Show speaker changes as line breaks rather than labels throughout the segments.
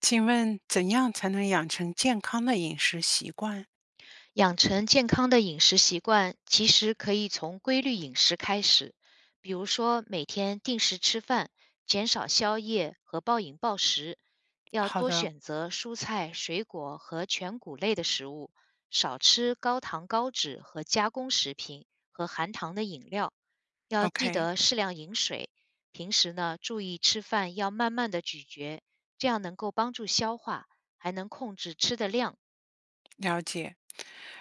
请问怎样才能养成健康的饮食习惯？
养成健康的饮食习惯，其实可以从规律饮食开始，比如说每天定时吃饭，减少宵夜和暴饮暴食，要
好
多
的
选择蔬菜、水果和全谷类的食物，少吃高糖、高脂和加工食品和含糖的饮料，要记
，OK，
得适量饮水。平时呢，注意吃饭要慢慢的咀嚼，这样能够帮助消化，还能控制吃的量。
了解。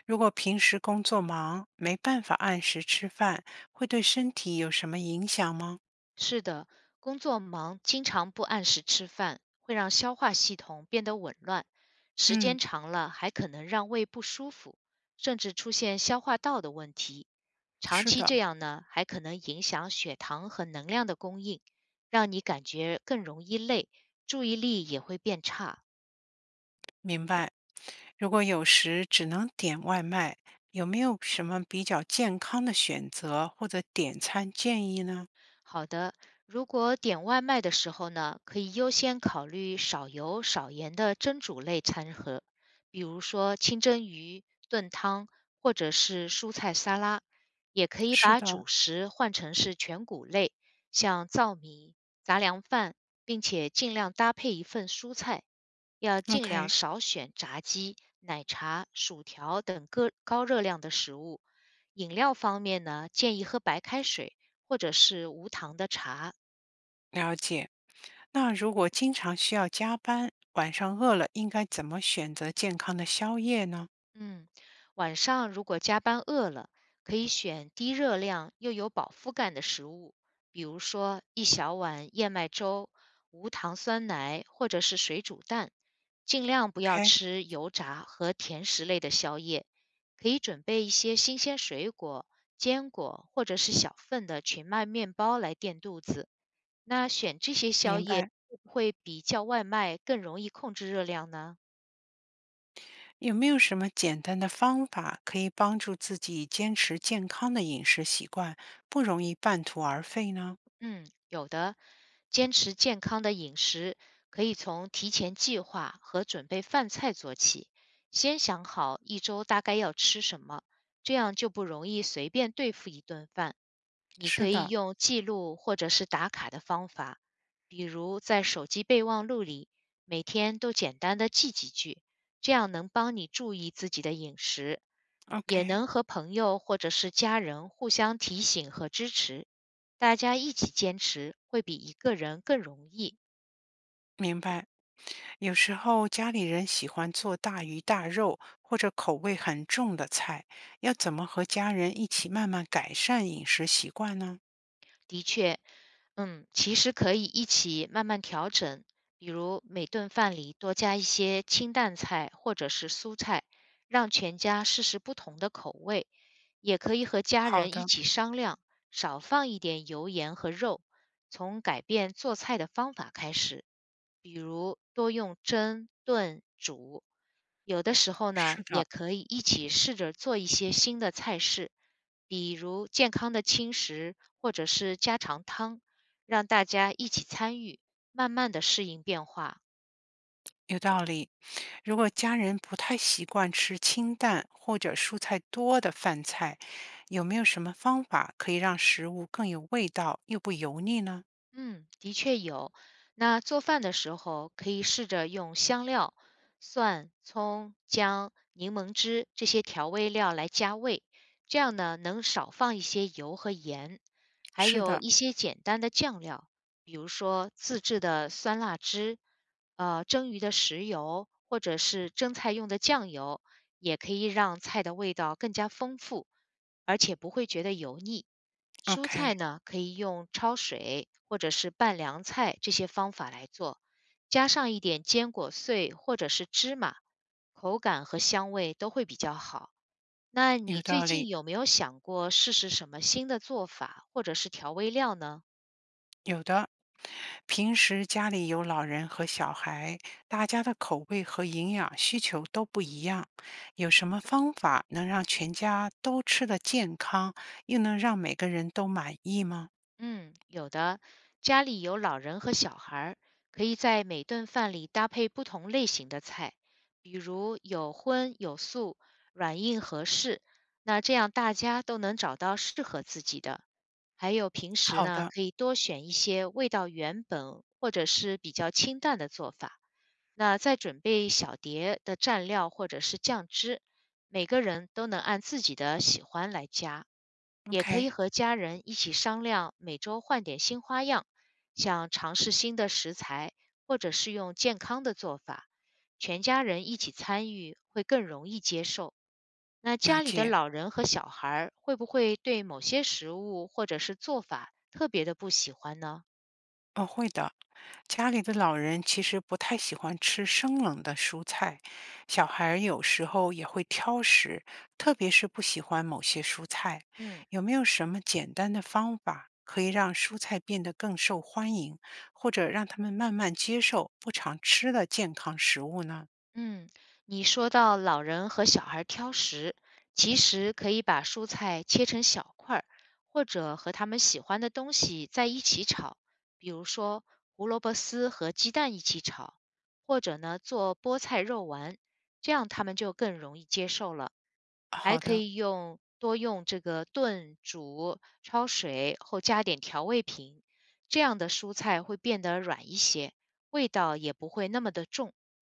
如果平时工作忙，没办法按时吃饭，会对身体有什么影响吗？
是的，工作忙，经常不按时吃饭，会让消化系统变得紊乱，时
嗯，
间长了还可能让胃不舒服，甚至出现消化道的问题。长
是
期
的，
这样呢，还可能影响血糖和能量的供应，让你感觉更容易累，注意力也会变差。
明白。如果有时只能点外卖，有没有什么比较健康的选择或者点餐建议呢？
好的，如果点外卖的时候呢，可以优先考虑少油少盐的蒸煮类餐盒，比如说清蒸鱼、炖汤或者是蔬菜沙拉。也可以
是
把
的
主食换成是全谷类，像糙米、杂粮饭，并且尽量搭配一份蔬菜。要尽量
，OK，
少选炸鸡、奶茶、薯条等各高热量的食物。饮料方面呢，建议喝白开水。或者是无糖的茶。
了解。那如果经常需要加班，晚上饿了，应该怎么选择健康的宵夜呢？
嗯，晚上如果加班饿了，可以选低热量又有饱腹感的食物，比如说一小碗燕麦粥、无糖酸奶或者是水煮蛋。尽量不要
OK，
吃油炸和甜食类的宵夜，可以准备一些新鲜水果、坚果或者是小份的全麦面包来垫肚子。那选这些宵
明
夜
白。
会不会比叫外卖更容易控制热量呢？
有没有什么简单的方法可以帮助自己坚持健康的饮食习惯，不容易半途而废呢？
嗯，有的，坚持健康的饮食，可以从提前计划和准备饭菜做起，先想好1周大概要吃什么，这样就不容易随便对付一顿饭。你
是
可以
的
用记录或者是打卡的方法，比如在手机备忘录里，每天都简单的记几句，这样能帮你注意自己的饮食。也
，OK，
能和朋友或者是家人互相提醒和支持，大家一起坚持会比一个人更容易。
明白。有时候家里人喜欢做大鱼大肉或者口味很重的菜，要怎么和家人一起慢慢改善饮食习惯呢？
的确，嗯，其实可以一起慢慢调整，比如每顿饭里多加一些清淡菜或者是蔬菜，让全家试试不同的口味。也可以和家
好
人一
的，
起商量，少放一点油盐和肉，从改变做菜的方法开始，比如多用蒸、炖、煮有的时候呢，
是的。
也可以一起试着做一些新的菜式，比如健康的轻食或者是家常汤，让大家一起参与，慢慢的适应变化。
有道理。如果家人不太习惯吃清淡或者蔬菜多的饭菜，有没有什么方法可以让食物更有味道又不油腻呢？
嗯，的确有。那做饭的时候，可以试着用香料、蒜、葱、姜、柠檬汁这些调味料来加味，这样呢能少放一些油和盐，还
是
有
的
一些简单的酱料，比如说自制的酸辣汁，蒸鱼的食油或者是蒸菜用的酱油，也可以让菜的味道更加丰富，而且不会觉得油腻。蔬菜
，OK，
呢，可以用焯水或者是拌凉菜这些方法来做，加上一点坚果碎或者是芝麻，口感和香味都会比较好。那
有
你最
道理，
近有没有想过试试什么新的做法或者是调味料呢？
有的。平时家里有老人和小孩，大家的口味和营养需求都不一样，有什么方法能让全家都吃得健康，又能让每个人都满意吗？
嗯，有的，家里有老人和小孩儿，可以在每顿饭里搭配不同类型的菜，比如有荤有素，软硬合适。那这样大家都能找到适合自己的。还有平时
好
呢，
的
可以多选一些味道原本或者是比较清淡的做法。那再准备小碟的蘸料或者是酱汁，每个人都能按自己的喜欢来加，也可以
，OK，
和家人一起商量，每周换点新花样，像尝试新的食材，或者是用健康的做法，全家人一起参与会更容易接受。那
了
家里的
解。
老人和小孩儿会不会对某些食物或者是做法特别的不喜欢呢？
哦，会的。家里的老人其实不太喜欢吃生冷的蔬菜，小孩儿有时候也会挑食，特别是不喜欢某些蔬菜。
嗯。
有没有什么简单的方法可以让蔬菜变得更受欢迎，或者让他们慢慢接受不常吃的健康食物呢？
嗯，你说到老人和小孩儿挑食，其实可以把蔬菜切成小块儿，或者和他们喜欢的东西在一起炒，比如说胡萝卜丝和鸡蛋一起炒，或者呢做菠菜肉丸，这样他们就更容易接受了。
好
还可
的，
以用多用这个炖、煮、焯水后加点调味品，这样的蔬菜会变得软一些，味道也不会那么的重。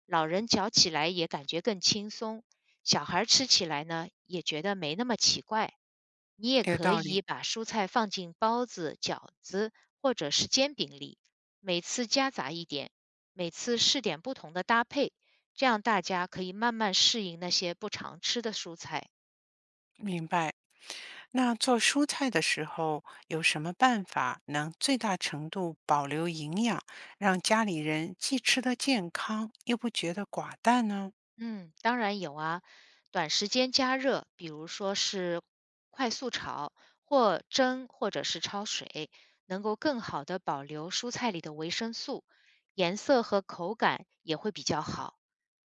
老人嚼起来也感觉更轻松，小孩吃起来呢也觉得没那么奇怪。你也
有
可
道
以
理，
把蔬菜放进包子、饺子或者是煎饼里，每次夹杂一点，每次试点不同的搭配，这样大家可以慢慢适应那些不常吃的蔬菜。
明白。那做蔬菜的时候，有什么办法能最大程度保留营养，让家里人既吃得健康，又不觉得寡淡呢？
嗯，当然有啊，短时间加热，比如说是快速炒或蒸，或者是焯水，能够更好的保留蔬菜里的维生素，颜色和口感也会比较好。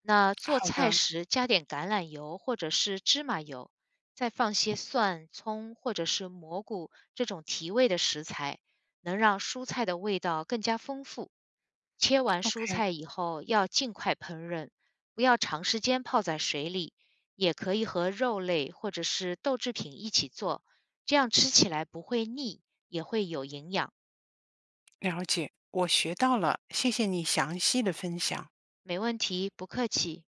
那做
好
菜
的
时加点橄榄油或者是芝麻油，再放些蒜、葱或者是蘑菇这种提味的食材，能让蔬菜的味道更加丰富。切完蔬
，OK，
菜以后要尽快烹饪，不要长时间泡在水里，也可以和肉类或者是豆制品一起做，这样吃起来不会腻，也会有营养。
了解，我学到了，谢谢你详细的分享。
没问题，不客气。